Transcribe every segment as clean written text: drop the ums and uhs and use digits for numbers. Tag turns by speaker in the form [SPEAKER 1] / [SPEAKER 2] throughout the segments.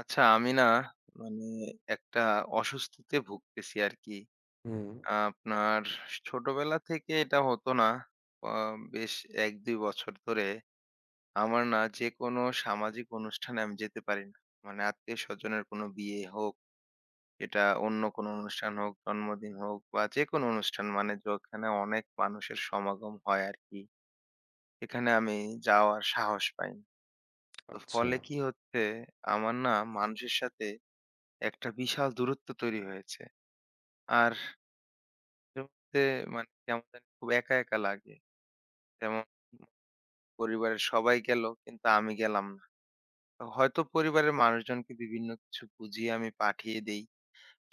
[SPEAKER 1] আচ্ছা আমি না মানে একটা অসুস্থতে ভুগতেছি আর কি।
[SPEAKER 2] হুম,
[SPEAKER 1] আপনার ছোটবেলা থেকে এটা হতো না। আ বেশ ১-২ বছর ধরে আমার না যেকোনো সামাজিক অনুষ্ঠানে আমি যেতে পারি না। মানে আত্মীয়স্বজনের কোনো বিয়ে হোক, এটা অন্য কোনো অনুষ্ঠান হোক, জন্মদিন হোক বা যেকোনো অনুষ্ঠান মানে যেখানে অনেক মানুষের সমাগম হয় আর কি। সেখানে আমি যাওয়ার সাহস পাই না। তো
[SPEAKER 2] আচ্ছা।
[SPEAKER 1] ফলে কি হচ্ছে আমার না মানুষের সাথে একটা বিশাল দূরত্ব তৈরি হয়েছে। আর শুরুতে মানে কেমন জানি খুব একা, একা লাগে। যেমন পরিবারের সবাই গেল কিন্তু আমি গেলাম না। তো হয়তো পরিবারের মানুষজনকে বিভিন্ন কিছু বুঝিয়ে আমি পাঠিয়ে দেই।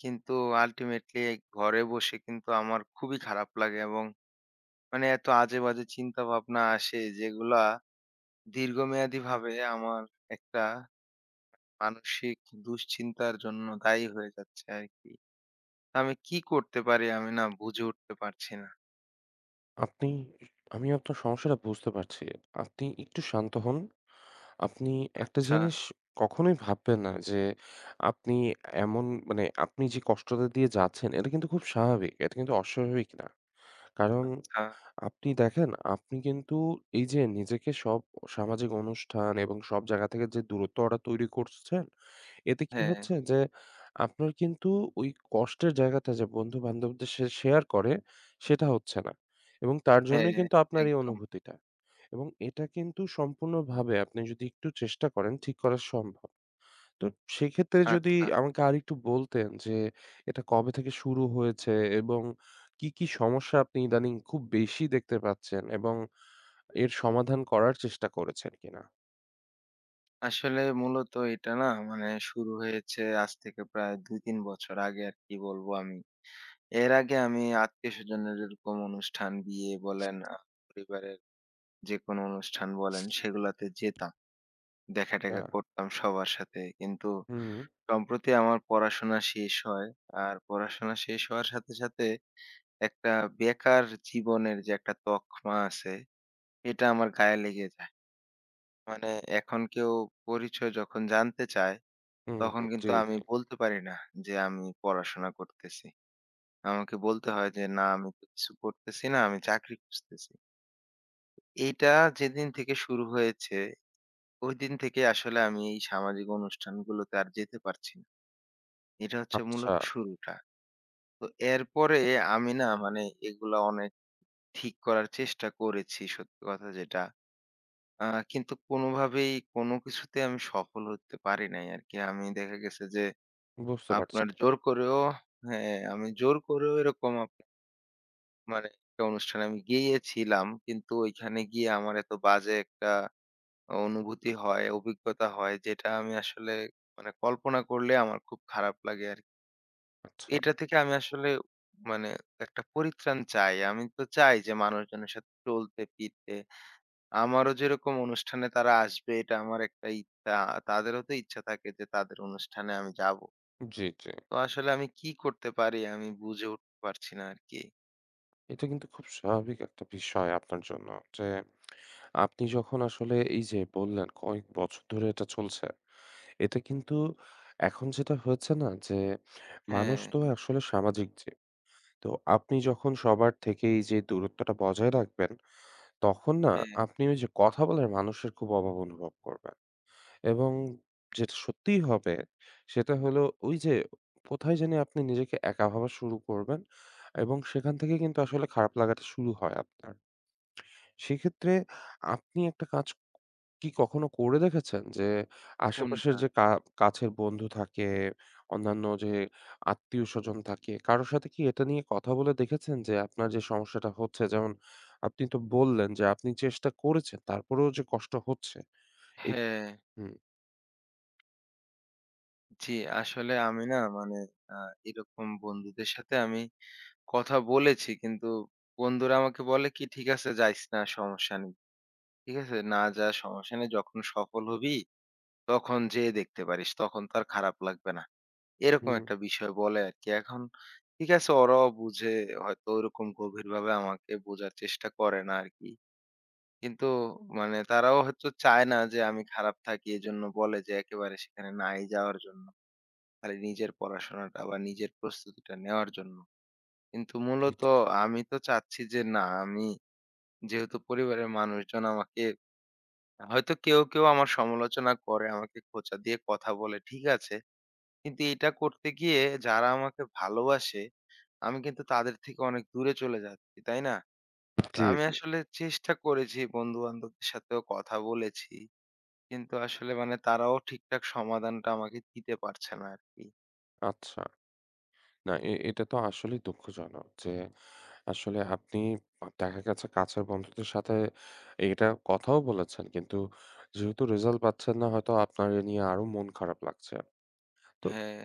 [SPEAKER 1] কিন্তু আল্টিমেটলি ঘরে বসে কিন্তু আমার খুবই খারাপ লাগে এবং মানে এত আজেবাজে চিন্তাভাবনা আসে যেগুলা দীর্ঘমেয়াদীভাবে আমার একটা মানসিক দুশ্চিন্তার জন্য দায়ী হয়ে যাচ্ছে আরকি। আমি কি করতে পারি আমি না বুঝে উঠতে পারছি না।
[SPEAKER 2] আপনি আমি আপনার সমস্যাটা বুঝতে পারছি। আপনি একটু শান্ত হন। আপনি একটা
[SPEAKER 1] আচ্ছা,
[SPEAKER 2] জিনিস কখনোই ভাববেন না যে আপনি এমন মানে আপনি যে কষ্টটা দিয়ে যাচ্ছেন এটা কিন্তু খুব স্বাভাবিক। এটা কিন্তু অস্বাভাবিক না। কারণ
[SPEAKER 1] আচ্ছা।
[SPEAKER 2] আপনি দেখেন আপনি কিন্তু এই যে নিজেকে সব সামাজিক অনুষ্ঠান এবং সব জায়গা থেকে যে দূরত্বটা তৈরি করছেন এতে কি
[SPEAKER 1] হ্যাঁ,
[SPEAKER 2] হচ্ছে যে আপনার কিন্তু ওই কষ্টের জায়গাটা যে বন্ধু-বান্ধবদের সে শেয়ার করে সেটা হচ্ছে না। এবং তার জন্যই
[SPEAKER 1] হ্যাঁ,
[SPEAKER 2] কিন্তু আপনার এই
[SPEAKER 1] একদম।
[SPEAKER 2] অনুভূতিটা। এবং এটা কিন্তু সম্পূর্ণভাবে আপনি যদি একটু চেষ্টা করেন ঠিক করা সম্ভব। তো সেক্ষেত্রে যদি
[SPEAKER 1] আচ্ছা।
[SPEAKER 2] আমাকে আরেকটু বলতেন যে এটা কবে থেকে শুরু হয়েছে এবং কি, কি সমস্যা আপনি ইদানিং খুব বেশি দেখতে পাচ্ছেন এবং এর সমাধান করার চেষ্টা করেছেন কিনা?
[SPEAKER 1] আসলে মূলত এটা না মানে শুরু হয়েছে আজ থেকে প্রায় ২-৩ বছর আগে আর কি বলবো আমি। এর আগে আমি আত্মীয়স্বজনের এরকম অনুষ্ঠান, বিয়ে বলেন, পরিবারের যেকোনো অনুষ্ঠান বলেন সেগুলাতে যেতাম।
[SPEAKER 2] আচ্ছা।
[SPEAKER 1] দেখা-টেখা করতাম সবার সাথে। কিন্তু
[SPEAKER 2] হুম,
[SPEAKER 1] সম্প্রতি আমার পড়াশোনা শেষ হয়। আর পড়াশোনা শেষ হওয়ার সাথে, সাথে একটা বেকার জীবনের যে একটা তকমা আছে এটা আমার গায়ে লেগে যায়। মানে এখন কেউ পরিচয় যখন জানতে চায়,
[SPEAKER 2] হুম,
[SPEAKER 1] তখন
[SPEAKER 2] হুম। জি,
[SPEAKER 1] কিন্তু হুম। আমি
[SPEAKER 2] জি।
[SPEAKER 1] বলতে পারি না যে আমি পড়াশোনা করতেছি। আমাকে বলতে হয় যে, "না, আমি তো কিছু করতেছি না, আমি চাকরি খুঁজতেছি।" এইটা যেদিন থেকে শুরু হয়েছে, ওইদিন থেকে আসলে আমি এই সামাজিক অনুষ্ঠানগুলোতে আর যেতে পারছি না। এটা হচ্ছে
[SPEAKER 2] আচ্ছা,
[SPEAKER 1] মূলত শুরুটা। তো এরপরে আমি না মানে এগুলা অনেক ঠিক করার চেষ্টা করেছি সত্যি কথা যেটা। আ কিন্তু কোনোভাবেই কোনো কিছুতে আমি সফল হতে পারি নাই আরকি। আমি দেখা গেছে যে
[SPEAKER 2] বুঝতে পারছি।
[SPEAKER 1] আপনার জোর করেও হ্যাঁ, আমি জোর করেও এরকম মানে একটা অনুষ্ঠানে আমি গিয়েছিলাম। কিন্তু ওইখানে গিয়ে আমার এত বাজে একটা অনুভূতি হয়, অভিজ্ঞতা হয় যেটা আমি আসলে মানে কল্পনা করলে আমার খুব খারাপ লাগে আরকি।
[SPEAKER 2] আচ্ছা,
[SPEAKER 1] এটা থেকে আমি আসলে মানে একটা পরিত্রাণ চাই। আমি তো চাই যে মানুষজনের সাথে চলতে ফিরতে। আমারও যেরকম অনুষ্ঠানে তারা আসবে এটা আমার একটা ইচ্ছা। তাদেরও তো ইচ্ছা থাকে যে তাদের অনুষ্ঠানে আমি যাব।
[SPEAKER 2] জি, জি।
[SPEAKER 1] তো আসলে আমি কি করতে পারি আমি বুঝে উঠতে পারছি না আরকি।
[SPEAKER 2] এটা কিন্তু খুব স্বাভাবিক একটা বিষয় আপনার জন্য যে, আপনি যখন আসলে এই যে বললেন কয়েক বছর ধরে এটা চলছে। এটা কিন্তু এখন যেটা হয়েছে না যে, মানুষ
[SPEAKER 1] হ্যাঁ,
[SPEAKER 2] তো আসলে সামাজিক জীব। তো আপনি যখন সবার থেকে এই যে দূরত্বটা বজায় রাখবেন, তখন না
[SPEAKER 1] হ্যাঁ,
[SPEAKER 2] আপনি ওই যে কথা বলার মানুষের খুব অভাব অনুভব করবেন। এবং যেটা সত্যিই হবে সেটা হলো ওই যে কোথায় জানি আপনি নিজেকে একা ভাবা শুরু করবেন এবং সেখান থেকে কিন্তু আসলে খারাপ লাগাটা শুরু হয় আপনার। সেক্ষেত্রে আপনি একটা কাজ কি কখনো করে দেখেছেন যে আশেপাশের
[SPEAKER 1] কোনটা?
[SPEAKER 2] যে কাছের বন্ধু থাকে, অন্যান্য যে আত্মীয়স্বজন থাকে, কারো সাথে কি এটা নিয়ে কথা বলে দেখেছেন যে আপনার যে সমস্যাটা হচ্ছে? যেমন আপনি তো বললেন যে আপনি চেষ্টা করেছেন তারপরেও যে কষ্ট হচ্ছে। এই
[SPEAKER 1] হ্যাঁ,
[SPEAKER 2] হুম,
[SPEAKER 1] জি, আসলে আমি না মানে আ এরকম বন্ধুদের সাথে আমি কথা বলেছি কিন্তু বন্ধুরা আমাকে বলে কি ঠিক আছে যাইস না সমস্যা নেই। ঠিক আছে? না যা সমস্যা নেই যখন সফল হবি তখন যেয়ে দেখতে পারিস। তখন তো আর খারাপ লাগবে না। এরকম
[SPEAKER 2] হুম।
[SPEAKER 1] একটা বিষয় বলে আরকি। এখন ঠিক আছে ওরাও বুঝে হয়তো ওরকম গভীরভাবে আমাকে বোঝার চেষ্টা করে না আরকি। কিন্তু মানে তারাও হয়তো চায় না যে আমি খারাপ থাকি। এজন্য বলে যে একেবারে সেখানে নাই যাওয়ার জন্য। খালি নিজের পড়াশোনাটা বা নিজের প্রস্তুতিটা নেওয়ার জন্য। কিন্তু মূলত আমি তো চাচ্ছি যে না আমি যেহেতু পরিবারের মানুষজন আমাকে হয়তো কেউ, কেউ আমার সমালোচনা করে, আমাকে খোঁচা দিয়ে কথা বলে ঠিক আছে। কিন্তু এটা করতে গিয়ে যারা আমাকে ভালোবাসে আমি কিন্তু তাদের থেকে অনেক দূরে চলে যাচ্ছি, তাই না? তো
[SPEAKER 2] জি,
[SPEAKER 1] আমি
[SPEAKER 2] জি।
[SPEAKER 1] আসলে চেষ্টা করেছি বন্ধু-বান্ধবদের সাথেও কথা বলেছি। কিন্তু আসলে মানে তারাও ঠিকঠাক সমাধানটা আমাকে দিতে পারছে না আরকি।
[SPEAKER 2] আচ্ছা। না এটা তো আসলেই দুঃখজনক যে আসলে আপনি দেখা গেছে কাছের বন্ধুদের সাথে এটা কথাও বলেছেন। কিন্তু যেহেতু রেজাল্ট পাচ্ছেন না হয়তো আপনার এ নিয়ে আরো মন খারাপ লাগছে। তো
[SPEAKER 1] হ্যাঁ,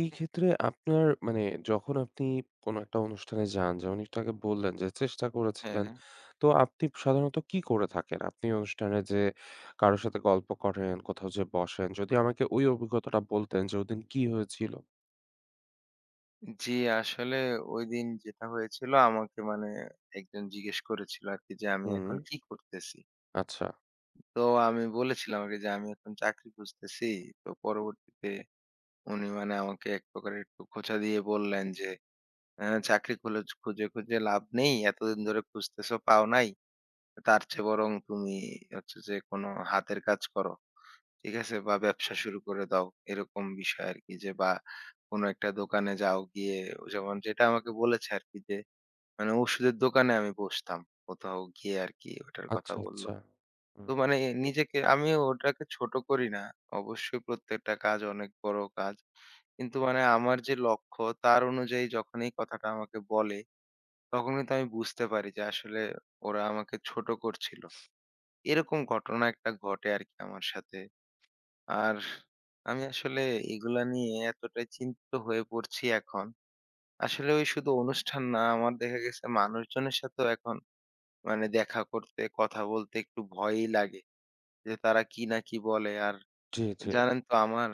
[SPEAKER 2] এই ক্ষেত্রে আপনার মানে যখন আপনি কোনো একটা অনুষ্ঠানে যান যেমনটা আগে বললেন যে চেষ্টা
[SPEAKER 1] হ্যাঁ।
[SPEAKER 2] করেছিলেন। তো আপনি সাধারণত কি করে থাকেন? আপনি অনুষ্ঠানে যেয়ে কারো সাথে গল্প করেন, কোথাও যেয়ে বসেন। যদি আমাকে ওই অভিজ্ঞতাটা বলতেন যে ওদিন কি হয়েছিল?
[SPEAKER 1] জি, আসলে ঐদিন যেটা হয়েছিল আমাকে মানে একজন জিজ্ঞেস করেছিল আরকি যে, "আমি
[SPEAKER 2] হুম।
[SPEAKER 1] এখন কি করতেছি?"
[SPEAKER 2] আচ্ছা,
[SPEAKER 1] তো আমি বলেছিলাম আরকি যে, "আমি এখন চাকরি খুঁজতেছি।" তো পরবর্তীতে উনি মানে আমাকে এক প্রকার একটু খোঁচা দিয়ে বললেন যে, চাকরি খুঁজে, খুঁজে লাভ নেই। এতদিন ধরে খুঁজতেছো, পাও নাই। তার চেয়ে বরং তুমি হচ্ছে যে কোনো হাতের কাজ করো।" ঠিক আছে? বা ব্যবসা শুরু করে দাও। এরকম বিষয় আরকি যে বা কোনো একটা দোকানে যাও গিয়ে যেমন যেটা আমাকে বলেছে আরকি যে মানে ওষুধের দোকানে আমি বসতাম। কোথাও গিয়ে আরকি ওটার
[SPEAKER 2] আচ্ছা,
[SPEAKER 1] কথা বলল।
[SPEAKER 2] আচ্ছা। হুম,
[SPEAKER 1] তো মানে নিজেকে আমি ওটাকে ছোট করি না। অবশ্যই প্রত্যেকটা কাজ অনেক বড় কাজ। কিন্তু মানে আমার যে লক্ষ্য তার অনুযায়ী যখন এই কথাটা আমাকে বলে তখন কিন্তু আমি বুঝতে পারি যে আসলে ওরা আমাকে ছোট করছিল। এরকম ঘটনা একটা ঘটে আরকি আমার সাথে। আর আমি আসলে এগুলা নিয়ে এতটাই চিন্তিত হয়ে পড়ছি এখন। আসলে ওই শুধু অনুষ্ঠান না, আমার দেখা গেছে মানুষজনের সাথেও এখন মানে দেখা করতে, কথা বলতে একটু ভয়ই লাগে। যে তারা কি না কি বলে। আর
[SPEAKER 2] জি, জি।
[SPEAKER 1] জানেন তো আমার,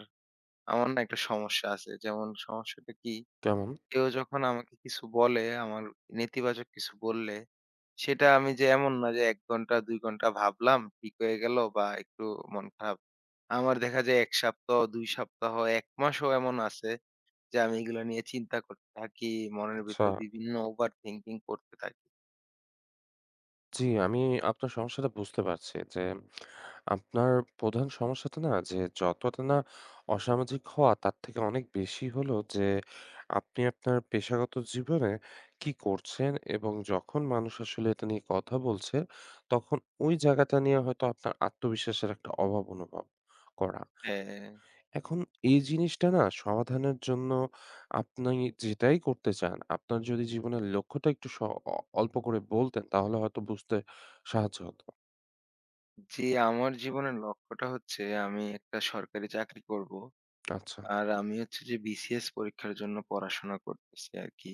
[SPEAKER 1] আমার না একটা সমস্যা আছে। যেমন সমস্যাটা কি?
[SPEAKER 2] কেমন?
[SPEAKER 1] কেউ যখন আমাকে কিছু বলে, আমার নেতিবাচক কিছু বললে, সেটা আমি যে এমন না যে ১ ঘন্টা ২ ঘন্টা ভাবলাম, ঠিক হয়ে গেল বা একটু মন খারাপ। আমার দেখা যায় ১ সপ্তাহ, ২ সপ্তাহ, ১ মাসও এমন আছে যে আমি এগুলো নিয়ে চিন্তা করতে থাকি। মনের
[SPEAKER 2] আচ্ছা।
[SPEAKER 1] ভিতর বিভিন্ন ওভার থিংকিং করতে থাকি।
[SPEAKER 2] জি, আমি আপনার সমস্যাটা বুঝতে পারছি যে আপনার প্রধান সমস্যাটা না যে যতটা না অসামাজিক হওয়া তার থেকে অনেক বেশি হলো যে আপনি আপনার পেশাগত জীবনে কি করছেন এবং যখন মানুষ আসলে এটা নিয়ে কথা বলছে তখন ওই জায়গাটা নিয়ে হয়তো আপনার আত্মবিশ্বাসের একটা অভাব অনুভব করা।
[SPEAKER 1] হ্যাঁ,
[SPEAKER 2] এখন এই জিনিসটা না সমাধানের জন্য আপনি যেটাই করতে চান, আপনার যদি জীবনের লক্ষ্যটা একটু স অ অল্প করে বলতেন তাহলে হয়তো বুঝতে সাহায্য হতো।
[SPEAKER 1] জি আমার জীবনের লক্ষ্যটা হচ্ছে আমি একটা সরকারি চাকরি করব।
[SPEAKER 2] আচ্ছা,
[SPEAKER 1] আর আমি হচ্ছে যে বিসিএস পরীক্ষার জন্য পড়াশোনা করতেছি আরকি।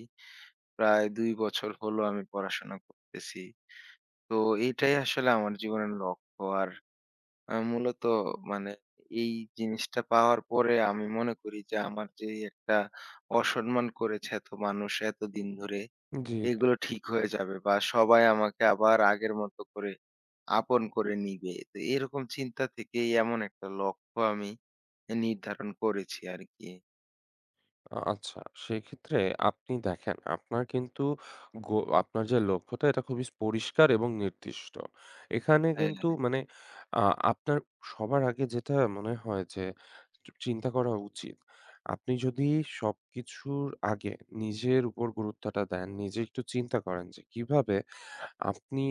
[SPEAKER 1] প্রায় ২ বছর হলো আমি পড়াশোনা করতেছি। তো এইটাই আসলে আমার জীবনের লক্ষ্য। আর মূলত মানে এই জিনিসটা পাওয়ার পরে আমি মনে করি যে আমার যে একটা অসম্মান করেছে এত মানুষ এতদিন ধরে,
[SPEAKER 2] জি। জি।
[SPEAKER 1] এগুলো ঠিক হয়ে যাবে বা সবাই আমাকে আবার আগের মতো করে আপন করে নিবে। তো এরকম চিন্তা থেকেই এমন একটা লক্ষ্য আমি নির্ধারণ করেছি আরকি।
[SPEAKER 2] আচ্ছা। সেক্ষেত্রে আপনি দেখেন, আপনার কিন্তু আপনার যে লক্ষ্যটা এটা খুবই পরিষ্কার এবং নির্দিষ্ট। এখানে
[SPEAKER 1] হ্যাঁ,
[SPEAKER 2] কিন্তু মানে আ আপনার সবার আগে যেটা মনে হয় যে চিন্তা করা উচিত। আপনি যদি সবকিছুর আগে নিজের উপর গুরুত্বটা দেন, নিজে একটু চিন্তা করেন যে কিভাবে আপনি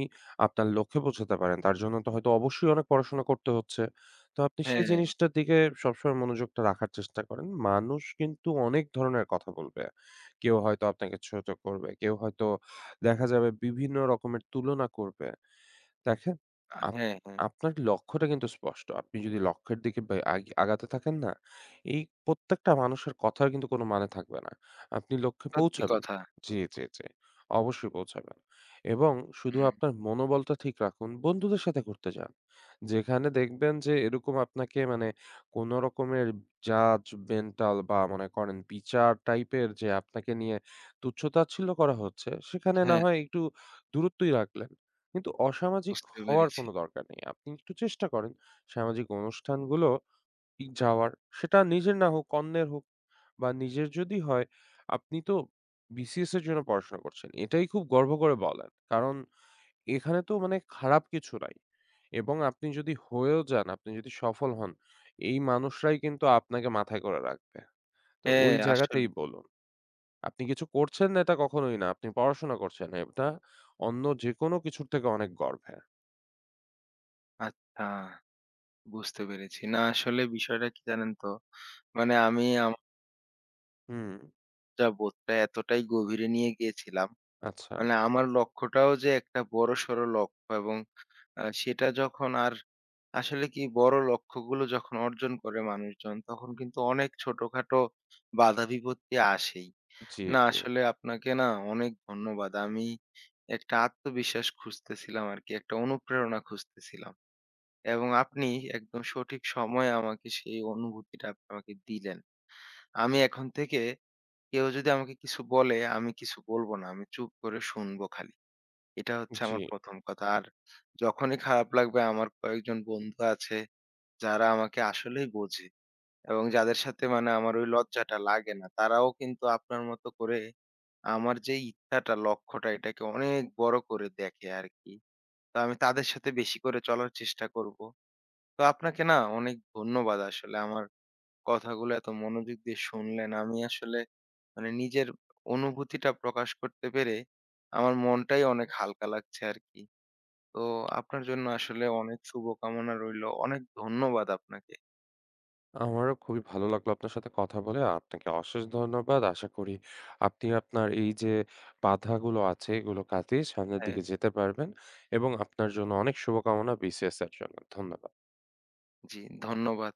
[SPEAKER 2] আপনার লক্ষ্যে পৌঁছাতে পারেন। তার জন্য তো হয়তো অবশ্যই অনেক পড়াশোনা করতে হচ্ছে। তো আপনি সেই
[SPEAKER 1] হ্যাঁ, হ্যাঁ,
[SPEAKER 2] জিনিসটার দিকে সবসময় মনোযোগটা রাখার চেষ্টা করেন। মানুষ কিন্তু অনেক ধরনের কথা বলবে। কেউ হয়তো আপনাকে ছোট করবে, কেউ হয়তো দেখা যাবে বিভিন্ন রকমের তুলনা করবে। দেখেন, আপ
[SPEAKER 1] হ্যাঁ, হ্যাঁ,
[SPEAKER 2] আপনার লক্ষ্যটা কিন্তু স্পষ্ট। আপনি যদি লক্ষ্যের দিকে বে আগ আগাতে থাকেন না, এই প্রত্যেকটা মানুষের কথার কিন্তু কোনো মানে থাকবে না। আপনি লক্ষ্যে
[SPEAKER 1] সত্যি
[SPEAKER 2] পৌঁছাবেন।
[SPEAKER 1] কথা।
[SPEAKER 2] জি। অবশ্যই পৌঁছাবেন। এবং শুধু
[SPEAKER 1] হুম,
[SPEAKER 2] আপনার মনোবলটা ঠিক রাখুন। বন্ধুদের সাথে ঘুরতে যান। যেখানে দেখবেন যে এরকম আপনাকে মানে কোন রকমের judgemental বা মনে করেন বিচার টাইপের যে আপনাকে নিয়ে তুচ্ছ-তাচ্ছিল্য করা হচ্ছে, সেখানে না
[SPEAKER 1] হ্যাঁ।
[SPEAKER 2] হয় একটু দূরত্বই রাখলেন। কিন্তু অসামাজিক
[SPEAKER 1] বুঝতে
[SPEAKER 2] হওয়ার
[SPEAKER 1] পেরেছি।
[SPEAKER 2] কোনো দরকার নেই। আপনি একটু চেষ্টা করেন সামাজিক অনুষ্ঠানগুলো যাওয়ার। সেটা নিজের না হোক, অন্যের হোক বা নিজের যদি হয়, আপনি তো BCS এর জন্য পড়াশোনা করছেন। এটাই খুব গর্ব করে বলেন। কারণ এখানে তো মানে খারাপ কিছু নাই। এবং আপনি যদি হয়েও যান, আপনি যদি সফল হন, এই মানুষরাই কিন্তু আপনাকে মাথায় করে রাখবে। তো
[SPEAKER 1] হ্যাঁ,
[SPEAKER 2] ওই
[SPEAKER 1] আসলে
[SPEAKER 2] জায়গাতেই বলুন। আপনি কিছু করছেন না এটা কখনোই না। আপনি পড়াশোনা করছেন। এটা অন্য যেকোনো কিছুর থেকে অনেক গর্বের।
[SPEAKER 1] আচ্ছা বুঝতে পেরেছি। না আসলে বিষয়টা কি জানেন তো? মানে আমি আমার
[SPEAKER 2] হুম।
[SPEAKER 1] যা বোধটা এতটাই গভীরে নিয়ে গিয়েছিলাম।
[SPEAKER 2] আচ্ছা,
[SPEAKER 1] মানে আমার লক্ষ্যটাও যে একটা বড়সড় লক্ষ্য এবং সেটা যখন আর আসলে কি বড় লক্ষ্যগুলো যখন অর্জন করে মানুষজন তখন কিন্তু অনেক ছোটখাটো বাধা বিপত্তি আসেই।
[SPEAKER 2] জি,
[SPEAKER 1] না
[SPEAKER 2] জি,
[SPEAKER 1] আসলে আপনাকে না অনেক ধন্যবাদ। আমি একটা আত্মবিশ্বাস খুঁজতেছিলাম আরকি, একটা অনুপ্রেরণা খুঁজতেছিলাম। এবং আপনি একদম সঠিক সময়ে আমাকে সেই অনুভূতিটা আপনি আমাকে দিলেন। আমি এখন থেকে কেউ যদি আমাকে কিছু বলে, আমি কিছু বলব না। আমি চুপ করে শুনবো খালি। এটা হচ্ছে
[SPEAKER 2] জি।
[SPEAKER 1] আমার ১ম কথা। আর যখনই খারাপ লাগবে আমার কয়েকজন বন্ধু আছে যারা আমাকে আসলেই বোঝে এবং যাদের সাথে মানে আমার ওই লজ্জাটা লাগে না। তারাও কিন্তু আপনার মতো করে আমার যে ইচ্ছাটা, লক্ষ্যটা এটাকে অনেক বড় করে দেখে আরকি। তো আমি তাদের সাথে বেশি করে চলার চেষ্টা করব। তো আপনাকে না অনেক ধন্যবাদ আসলে আমার কথাগুলো এত মনোযোগ দিয়ে শুনলেন। আমি আসলে মানে নিজের অনুভূতিটা প্রকাশ করতে পেরে আমার মনটাই অনেক হালকা লাগছে আরকি। তো আপনার জন্য আসলে অনেক শুভকামনা রইলো। অনেক ধন্যবাদ আপনাকে।
[SPEAKER 2] আমারও খুবই ভালো লাগলো আপনার সাথে কথা বলে। আপনাকে অশেষ ধন্যবাদ। আশা করি আপনি আপনার এই যে বাধাগুলো আছে এগুলো কাটিয়ে সামনের
[SPEAKER 1] হ্যাঁ।
[SPEAKER 2] দিকে যেতে পারবেন এবং আপনার জন্য অনেক শুভকামনা BCS এর জন্য। ধন্যবাদ।
[SPEAKER 1] জি, ধন্যবাদ।